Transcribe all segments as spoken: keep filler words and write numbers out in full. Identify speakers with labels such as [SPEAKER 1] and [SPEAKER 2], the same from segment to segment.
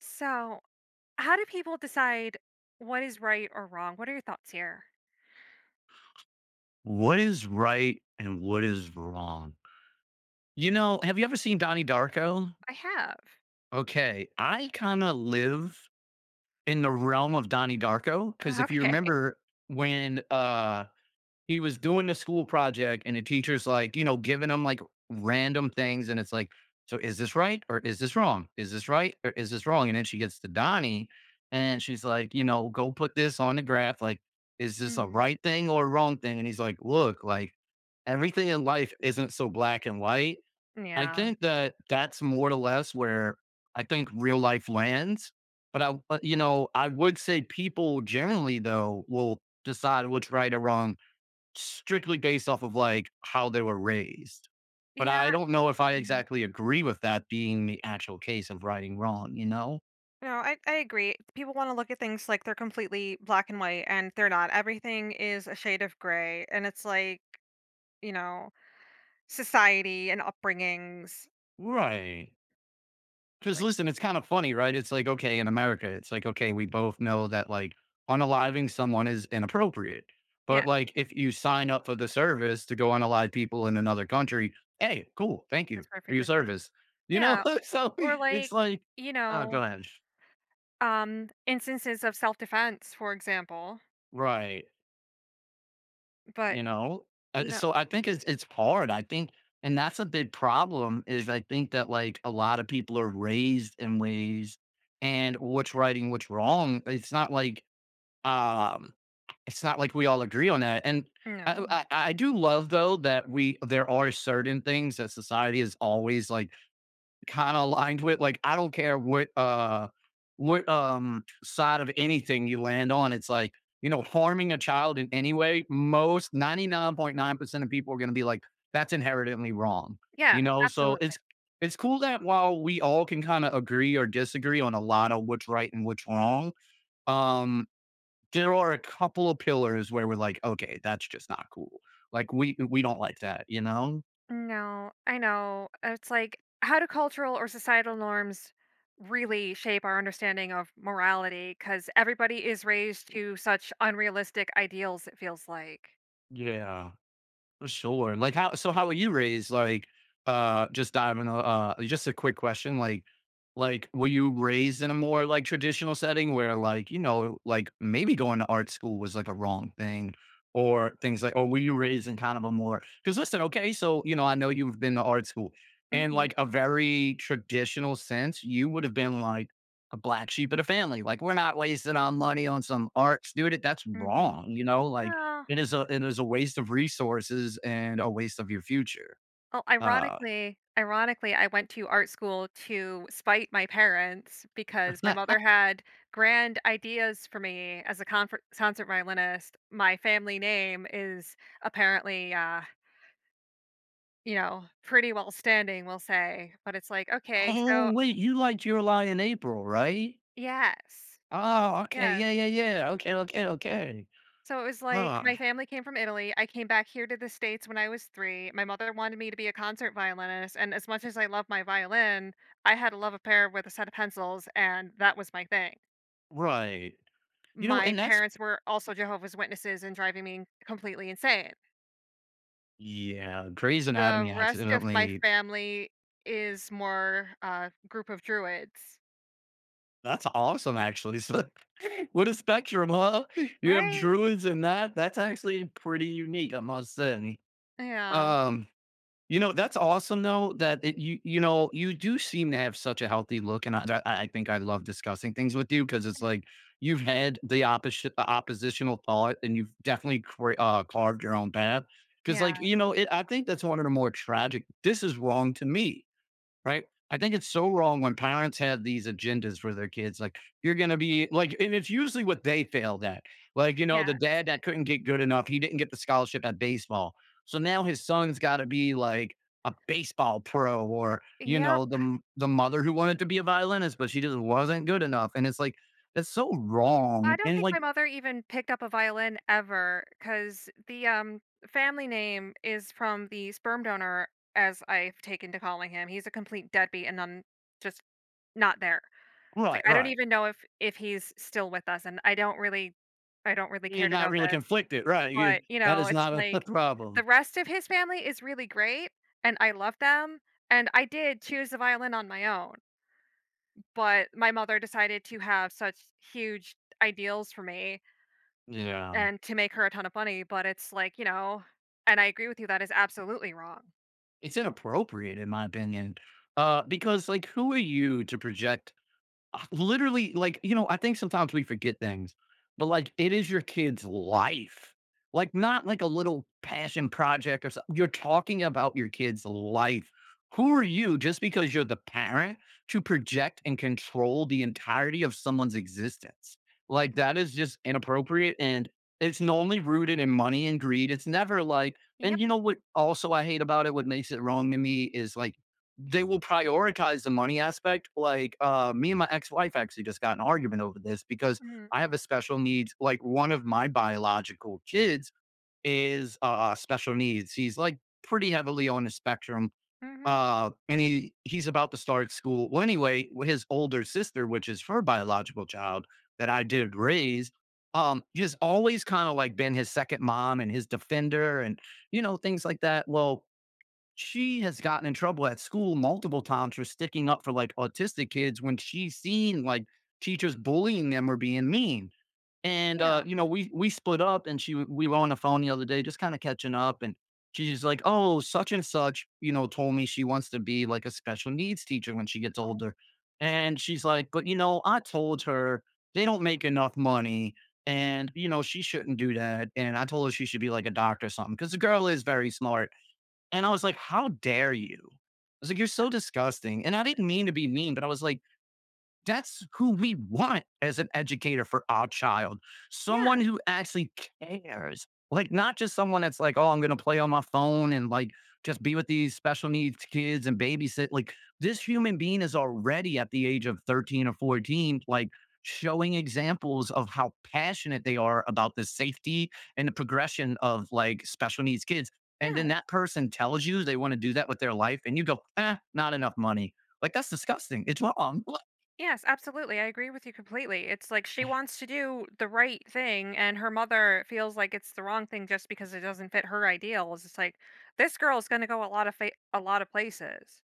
[SPEAKER 1] So, how do people decide what is right or wrong? What are your thoughts here?
[SPEAKER 2] What is right and what is wrong? You know, have you ever seen Donnie Darko?
[SPEAKER 1] I have.
[SPEAKER 2] Okay, I kind of live in the realm of Donnie Darko because if you
[SPEAKER 1] Okay.
[SPEAKER 2] remember when uh he was doing the school project and the teacher's like, you know, giving him like random things and it's like, so is this right or is this wrong? Is this right or is this wrong? And then she gets to Donnie and she's like, you know, go put this on the graph like is this a
[SPEAKER 1] Mm,
[SPEAKER 2] right thing or a wrong thing? And he's like, look, like everything in life isn't so black and white. I
[SPEAKER 1] yeah.
[SPEAKER 2] think that that's more or less where I think real life lands. But I, but, you know, I would say people generally though will decide what's right or wrong strictly based off of like how they were raised. But I
[SPEAKER 1] Yeah.
[SPEAKER 2] don't know if I
[SPEAKER 1] Yeah.
[SPEAKER 2] exactly agree with that being the actual case of right and wrong. You know?
[SPEAKER 1] No, I, I agree. People want to look at things like they're completely black and white, and they're not. Everything is a shade of gray. And it's like, you know, society and upbringings.
[SPEAKER 2] Right.
[SPEAKER 1] It's
[SPEAKER 2] Because
[SPEAKER 1] like,
[SPEAKER 2] listen, it's kind of funny, right? It's like, okay, in America, it's like, okay, we both know that like unaliving someone is inappropriate.
[SPEAKER 1] yeah.
[SPEAKER 2] But like if you sign up for the service to go unalive people in another country, hey, cool, thank you
[SPEAKER 1] That's
[SPEAKER 2] for your
[SPEAKER 1] perfectly cool.
[SPEAKER 2] service. You know,
[SPEAKER 1] Yeah.
[SPEAKER 2] so
[SPEAKER 1] Or like,
[SPEAKER 2] it's like,
[SPEAKER 1] you
[SPEAKER 2] oh
[SPEAKER 1] know,
[SPEAKER 2] gosh.
[SPEAKER 1] um instances of self-defense, for example.
[SPEAKER 2] Right.
[SPEAKER 1] But,
[SPEAKER 2] You know? Uh,
[SPEAKER 1] you know,
[SPEAKER 2] So I think it's it's hard. I think and that's a big problem is I think that like a lot of people are raised in ways and what's right and what's wrong. It's not like um it's not like we all agree on that, and I
[SPEAKER 1] no.
[SPEAKER 2] I I do love, though, that we there are certain things that society is always, like, kinda aligned with, like, I don't care what, uh what, um, side of anything you land on, it's like, you know, harming a child in any way, most ninety-nine point nine percent of people are gonna be like, "That's inherently wrong,"
[SPEAKER 1] Yeah,
[SPEAKER 2] you know? So,
[SPEAKER 1] absolutely.
[SPEAKER 2] it's it's cool that while we all can kinda agree or disagree on a lot of what's right and what's wrong, um there are a couple of pillars where we're like, "Okay, that's just not cool." Like, we we don't like that, you know?
[SPEAKER 1] No, I know. It's like, how do cultural or societal norms really shape our understanding of morality? Because everybody is raised to such unrealistic ideals, it feels like.
[SPEAKER 2] Yeah. Sure. Like how so how were you raised? Like uh just diving uh uh, just a quick question. Like like were you raised in a more like traditional setting where like, you know, like maybe going to art school was like a wrong thing or things like or were you raised in kind of a more because listen, okay, so you know, I know you've been to art school. In
[SPEAKER 1] Mm-hmm.
[SPEAKER 2] like a very traditional sense, you would have been like a black sheep of the family. Like we're not wasting our money on some art student. That's
[SPEAKER 1] Mm-hmm.
[SPEAKER 2] wrong, you know, like
[SPEAKER 1] Oh,
[SPEAKER 2] it is a it is a waste of resources and a waste of your future.
[SPEAKER 1] well,
[SPEAKER 2] Uh,
[SPEAKER 1] ironically, ironically, I went to art school to spite my parents because my mother had grand ideas for me as a confer- concert violinist. My family name is apparently uh, You know, pretty well standing, we'll say, but it's like, okay, so
[SPEAKER 2] oh wait, you liked your lie in April, right?
[SPEAKER 1] yes,
[SPEAKER 2] Oh, okay,
[SPEAKER 1] yes.
[SPEAKER 2] yeah, yeah, yeah. Okay, okay, okay.
[SPEAKER 1] So it was like
[SPEAKER 2] Uh,
[SPEAKER 1] my family came from Italy, I came back here to the States when I was three, my mother wanted me to be a concert violinist, and as much as I love my violin, I had a love affair with a set of pencils, and that was my thing.
[SPEAKER 2] right. You know,
[SPEAKER 1] My
[SPEAKER 2] and that's
[SPEAKER 1] parents were also Jehovah's Witnesses and driving me completely insane.
[SPEAKER 2] yeah, Grey's
[SPEAKER 1] The
[SPEAKER 2] Anatomy
[SPEAKER 1] rest of my
[SPEAKER 2] accidentally.
[SPEAKER 1] family is more, uh, group of Druids,
[SPEAKER 2] That's awesome, actually. So, what a spectrum, huh? You have
[SPEAKER 1] right?
[SPEAKER 2] druids and that. That's actually pretty unique, I must say.
[SPEAKER 1] Yeah.
[SPEAKER 2] Um, You know, that's awesome though that it, you you know, you do seem to have such a healthy look and I that I think I love discussing things with you because it's like you've had the opposite oppositional thought and you've definitely cre uh, carved your own path. Because
[SPEAKER 1] Yeah,
[SPEAKER 2] like, you know, it I think that's one of the more tragic "This is wrong to me." Right? I think it's so wrong when parents have these agendas for their kids. Like, you're going to be like, and it's usually what they failed at. Like, you know, the
[SPEAKER 1] yeah.
[SPEAKER 2] dad that couldn't get good enough, he didn't get the scholarship at baseball. So now his son's got to be like a baseball pro or, you
[SPEAKER 1] Yep.
[SPEAKER 2] know, the, the mother who wanted to be a violinist, but she just wasn't good enough. And it's like, that's so
[SPEAKER 1] I
[SPEAKER 2] wrong.
[SPEAKER 1] don't
[SPEAKER 2] And
[SPEAKER 1] think my
[SPEAKER 2] like,
[SPEAKER 1] mother even picked up a violin ever, cause the, um, family name is from the sperm donor, as I've taken to calling him. He's a complete deadbeat and I'm just not there. It's like,
[SPEAKER 2] right,
[SPEAKER 1] I don't
[SPEAKER 2] right.
[SPEAKER 1] even know if if he's still with us, and I don't really I don't really care
[SPEAKER 2] You're
[SPEAKER 1] to
[SPEAKER 2] not
[SPEAKER 1] know
[SPEAKER 2] really
[SPEAKER 1] this,
[SPEAKER 2] conflicted, right? You,
[SPEAKER 1] but, you
[SPEAKER 2] that
[SPEAKER 1] know,
[SPEAKER 2] is
[SPEAKER 1] it's
[SPEAKER 2] not a
[SPEAKER 1] like the
[SPEAKER 2] problem.
[SPEAKER 1] rest of his family is really great, and I love them, and I did choose the violin on my own, but my mother decided to have such huge ideals for me
[SPEAKER 2] Yeah.
[SPEAKER 1] and to make her a ton of money, but it's like, you know and I agree with you, that is absolutely wrong.
[SPEAKER 2] It's inappropriate in my opinion, uh, because, like, who are you to project uh, literally, like, you know, I think sometimes we forget things, but like it is your kid's life. Like, not like a little passion project or something. You're talking about your kid's life. Who are you just because you're the parent to project and control the entirety of someone's existence? Like, that is just inappropriate. And it's normally rooted in money and greed. It's never like,
[SPEAKER 1] Yep.
[SPEAKER 2] and you know what? Also, I hate about it. What makes it wrong to me is like they will prioritize the money aspect. Like uh, me and my ex-wife actually just got in an argument over this because
[SPEAKER 1] Mhm,
[SPEAKER 2] I have a special needs. Like one of my biological kids is uh, special needs. He's like pretty heavily on the spectrum.
[SPEAKER 1] mhm,
[SPEAKER 2] Uh, and he he's about to start school. Well, anyway, his older sister, which is her biological child that I did raise, um, has always kind of like been his second mom and his defender, and you know things like that. Well, she has gotten in trouble at school multiple times for sticking up for, like, autistic kids when she's seen, like, teachers bullying them or being mean, and,
[SPEAKER 1] yeah,
[SPEAKER 2] uh, you know, we we split up and she w we were on the phone the other day just kinda catching up, and she's like, "Oh, such and such, you know, told me she wants to be, like, a special needs teacher when she gets
[SPEAKER 1] oh,
[SPEAKER 2] older," and she's like, "But, you know, I told her they don't make enough money, and, you know, she shouldn't do that, and I told her she should be, like, a doctor or something because the girl is very smart. And I was like, "How dare you?" I was like, "You're so disgusting." And I didn't mean to be mean, but I was like, that's who we want as an educator for our child.
[SPEAKER 1] yeah,
[SPEAKER 2] Someone who actually cares. Like, not just someone that's like, oh, I'm going to play on my phone and like just be with these special needs kids and babysit. Like, this human being is already at the age of thirteen or fourteen, like showing examples of how passionate they are about the safety and the progression of like special needs kids. And then
[SPEAKER 1] yeah,
[SPEAKER 2] that person tells you they want to do that with their life, and you go, eh, not enough money. Like, that's disgusting. It's wrong.
[SPEAKER 1] yes, absolutely, I agree with you completely, it's like she wants to do the right thing, and her mother feels like it's the wrong thing just because it doesn't fit her ideals, it's like, this girl's gonna go a lot of fa a lot of places.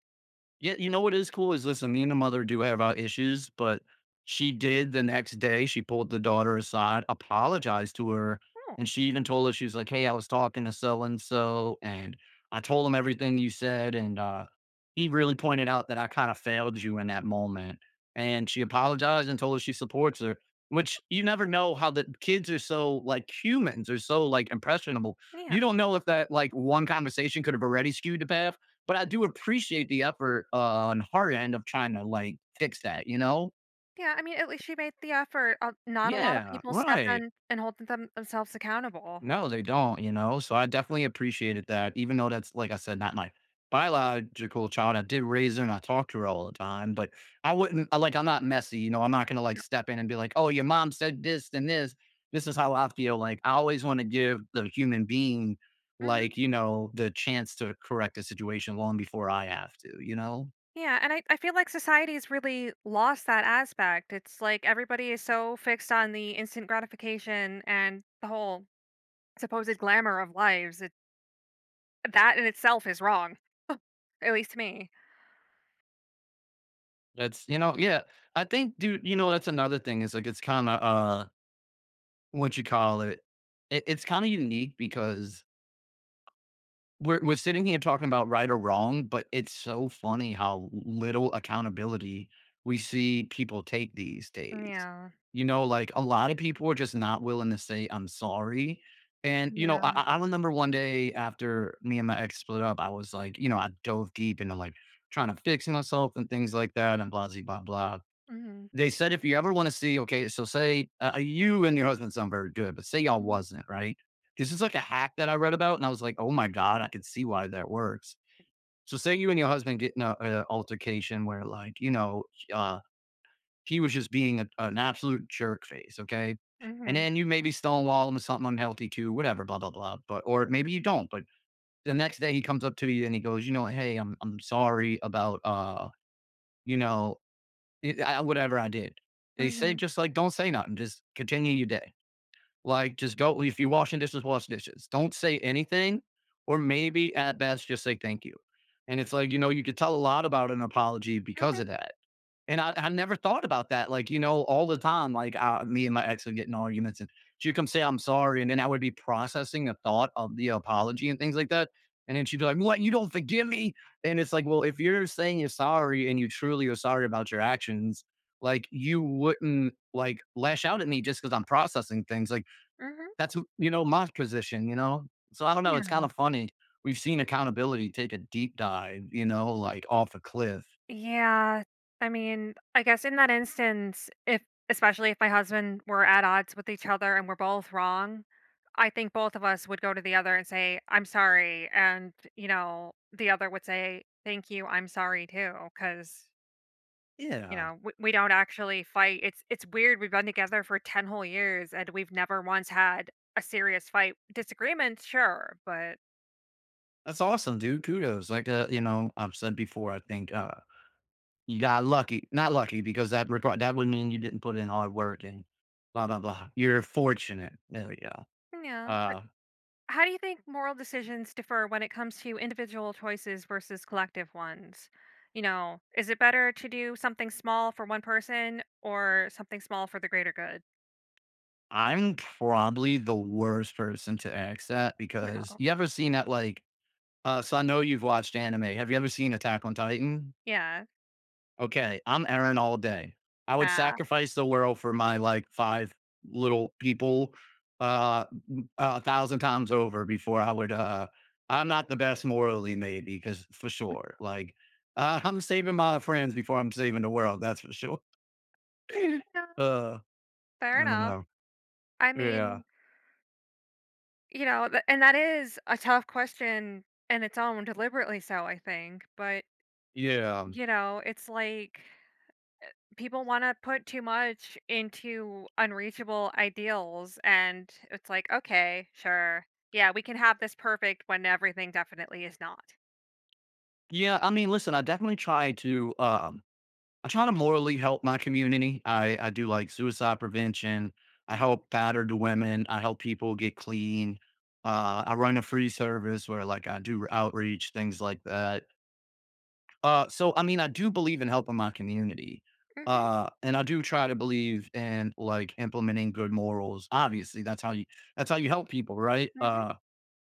[SPEAKER 2] Yeah, you know what is cool is, listen, me and the mother do have our issues, but she did the next day, she pulled the daughter aside, apologized to her,
[SPEAKER 1] Oh,
[SPEAKER 2] and she even told her, she was like, "Hey, I was talking to so and so, and I told him everything you said, and uh, he really pointed out that I kind of failed you in that moment." And she apologized and told her she supports her, which you never know how the kids are so like humans are so like impressionable.
[SPEAKER 1] yeah,
[SPEAKER 2] You don't know if that like one conversation could have already skewed the path but I do appreciate the effort uh, on her end of trying to like fix that, you know?
[SPEAKER 1] yeah, I mean, at least she made the effort, uh, not a lot of
[SPEAKER 2] Yeah,
[SPEAKER 1] people step
[SPEAKER 2] right.
[SPEAKER 1] in and hold them themselves accountable.
[SPEAKER 2] No, they don't, you know? So I definitely appreciated that, even though that's, like I said, not my biological child. I did raise her and I talked to her all the time, but I wouldn't, I, like, I'm not messy, you know? I'm not going to like step in and be like, oh, your mom said this and this. This is how I feel. Like, I always want to give the human being,
[SPEAKER 1] Mhm.
[SPEAKER 2] like, you know, the chance to correct the situation long before I have to, you know?
[SPEAKER 1] Yeah, and I, I feel like society's really lost that aspect. It's like everybody is so fixed on the instant gratification and the whole supposed glamour of lives. It, that in itself is wrong, at least to me.
[SPEAKER 2] That's you know, yeah. I think, dude, you know, that's another thing is like it's kind of uh, what you call it. It it's kind of unique because we're we're sitting here talking about right or wrong, but it's so funny how little accountability we see people take these days.
[SPEAKER 1] Yeah,
[SPEAKER 2] You know, like a lot of people are just not willing to say I'm sorry. And you know, I,
[SPEAKER 1] yeah.
[SPEAKER 2] I I remember one day after me and my ex split up, I was like, you know, I dove deep into like trying to fix myself and things like that, and blah blah blah. Blah
[SPEAKER 1] Mm-hmm.
[SPEAKER 2] they said if you ever want to see, okay, so say uh, you and your husband sound very good, but say y'all wasn't, right? This is like a hack that I read about, and I was like, oh my god, I can see why that works. So say you and your husband get in an altercation where, like, you know, uh, he was just being a, an absolute jerk face, okay, and
[SPEAKER 1] Mm-hmm.
[SPEAKER 2] then you maybe stonewall him with something unhealthy too, whatever, blah blah blah, but or maybe you don't, but the next day he comes up to you and he goes, you know, hey, I'm I'm sorry about uh you know, it I whatever I did. They say
[SPEAKER 1] Mm-hmm.
[SPEAKER 2] just, like, don't say nothing, just continue your day. Like, just go if you're washing dishes, wash dishes. Don't say anything or maybe at best just say, "Thank you." And it's like, you know, you could tell a lot about an apology because of
[SPEAKER 1] Mm-hmm.
[SPEAKER 2] that. And I I never thought about that, like, you know, all the time, like, uh, me and my ex would get in arguments, and she'd come say, "I'm sorry," and then I would be processing the thought of the apology and things like that, and then she'd be like, "What, you don't forgive me?" And it's like, well, if you're saying you're sorry and you truly are sorry about your actions, like, you wouldn't, like, lash out at me just because 'cause I'm processing things, like,
[SPEAKER 1] Mm-hmm.
[SPEAKER 2] that's you know, my position, you know? So, I don't know, it's kinda funny. We've seen accountability take a deep dive, you know, like, off a cliff.
[SPEAKER 1] Yeah, I mean, I guess in that instance, if especially if my husband were at odds with each other and we're both wrong, I think both of us would go to the other and say, "I'm sorry," and you know, the other would say, "Thank you, I'm sorry too," because you
[SPEAKER 2] Yeah.
[SPEAKER 1] know we, we don't actually fight. It's it's weird. We've been together for ten whole years and we've never once had a serious fight. Disagreements, sure, but
[SPEAKER 2] That's awesome, dude. Kudos. Like, uh, you know, I've said before, I think uh, you got lucky. Not lucky because that requ- that would mean you didn't put in hard work and blah blah blah. You're fortunate. There we go.
[SPEAKER 1] yeah.
[SPEAKER 2] Uh,
[SPEAKER 1] How do you think moral decisions differ when it comes to individual choices versus collective ones? You know, is it better to do something small for one person or something small for the greater good?
[SPEAKER 2] I'm probably the worst person to ask that because
[SPEAKER 1] No.
[SPEAKER 2] you ever seen that like. Uh, so I know you've watched anime. Have you ever seen Attack on Titan?
[SPEAKER 1] Yeah.
[SPEAKER 2] Okay, I'm Aaron all day. I would
[SPEAKER 1] Yeah.
[SPEAKER 2] sacrifice the world for my like five little people uh m- a thousand times over before I would uh I'm not the best morally maybe because for sure like uh, I'm saving my friends before I'm saving the world, that's for sure.
[SPEAKER 1] Yeah.
[SPEAKER 2] uh
[SPEAKER 1] Fair
[SPEAKER 2] I don't
[SPEAKER 1] enough.
[SPEAKER 2] know.
[SPEAKER 1] I
[SPEAKER 2] Yeah.
[SPEAKER 1] mean, you know, th- and that is a tough question in its own, deliberately so, I think. But,
[SPEAKER 2] Yeah.
[SPEAKER 1] you know, it's like people want to put too much into unreachable ideals, and it's like, okay, sure, yeah, we can have this perfect when everything definitely is not.
[SPEAKER 2] Yeah, I mean listen, I definitely try to um I try to morally help my community. I, I do like suicide prevention. I
[SPEAKER 1] Hmm.
[SPEAKER 2] help battered women. I help people get clean. Uh, I run a free service where like I do outreach, things like that. Uh, so I mean, I do believe in helping my community.
[SPEAKER 1] Hmm.
[SPEAKER 2] Uh, and I do try to believe in like implementing good morals. Obviously, that's how you that's how you help people, right?
[SPEAKER 1] Hmm.
[SPEAKER 2] Uh,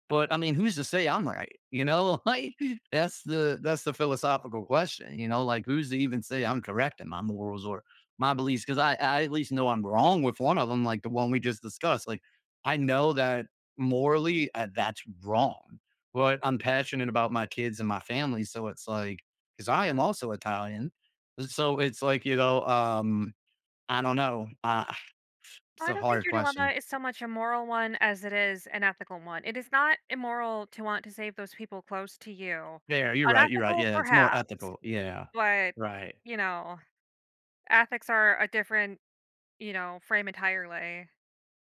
[SPEAKER 2] but I mean, who's to say I'm right? You know, like that's the that's the philosophical question. You know, like who's to even say I'm correct in my morals or my beliefs? Because I, I at least know I'm wrong with one of them, like the one we just discussed. Like I know that morally uh, that's wrong, but I'm passionate about my kids and my family, so it's like because I am also Italian, so it's like you know, um, I don't know. Uh, it's
[SPEAKER 1] I
[SPEAKER 2] a
[SPEAKER 1] don't think
[SPEAKER 2] hard
[SPEAKER 1] your dilemma
[SPEAKER 2] question.
[SPEAKER 1] is so much a moral one as it is an ethical one. It is not immoral to want to save those people close to you.
[SPEAKER 2] Yeah, you're right. You're right.
[SPEAKER 1] Unethical
[SPEAKER 2] Yeah, it's more
[SPEAKER 1] perhaps,
[SPEAKER 2] ethical. Yeah,
[SPEAKER 1] but
[SPEAKER 2] right.
[SPEAKER 1] you know ethics are a different, you know frame entirely.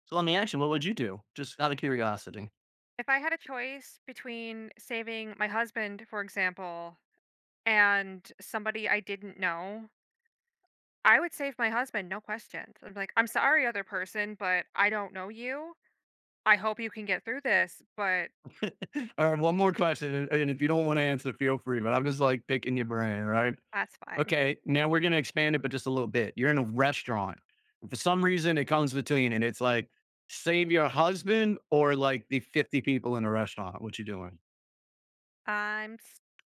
[SPEAKER 2] So let me ask you, what would you do? Just out of curiosity.
[SPEAKER 1] If I had a choice between saving my husband, for example, and somebody I didn't know, I would save my husband, no questions. I'm like, "I'm sorry, other person, but I don't know you. I hope you can get through this, but
[SPEAKER 2] All right, one more question, and and if you don't want to answer, feel free. But I'm just like picking your brain, right?
[SPEAKER 1] that's fine."
[SPEAKER 2] Okay, now we're gonna expand it, but just a little bit. You're in a restaurant. For some reason, it comes between, and it's like save your husband or like the fifty people in a restaurant. What you doing?
[SPEAKER 1] I'm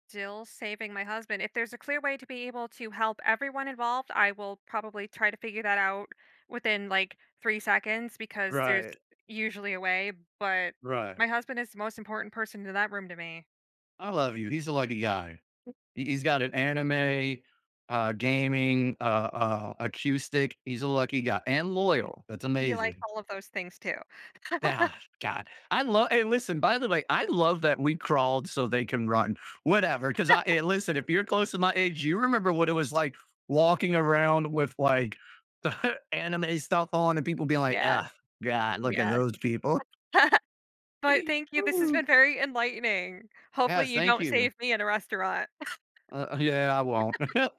[SPEAKER 1] still saving my husband. If there's a clear way to be able to help everyone involved, I will probably try to figure that out within, like, three seconds, because there's
[SPEAKER 2] Right,
[SPEAKER 1] usually a way, but my
[SPEAKER 2] right.
[SPEAKER 1] husband is the most important person in that room to me.
[SPEAKER 2] I love you. He's a lucky guy. He- He's got an anime, uh, gaming, uh, uh, acoustic. He's a lucky guy and loyal. That's
[SPEAKER 1] He likes
[SPEAKER 2] amazing.
[SPEAKER 1] all of those things too.
[SPEAKER 2] Yeah, God, I love. And listen, by the way, I love that we crawled so they can run. Whatever, because I and listen, if you're close to my age, you remember what it was like walking around with like the anime stuff on, and people being like,
[SPEAKER 1] Yeah,
[SPEAKER 2] "Ah, God, look at
[SPEAKER 1] yeah.
[SPEAKER 2] those people."
[SPEAKER 1] But thank you, this has been very enlightening. Hopefully
[SPEAKER 2] Yes,
[SPEAKER 1] you
[SPEAKER 2] thank
[SPEAKER 1] don't
[SPEAKER 2] you.
[SPEAKER 1] save me in a restaurant.
[SPEAKER 2] Uh, yeah, I won't.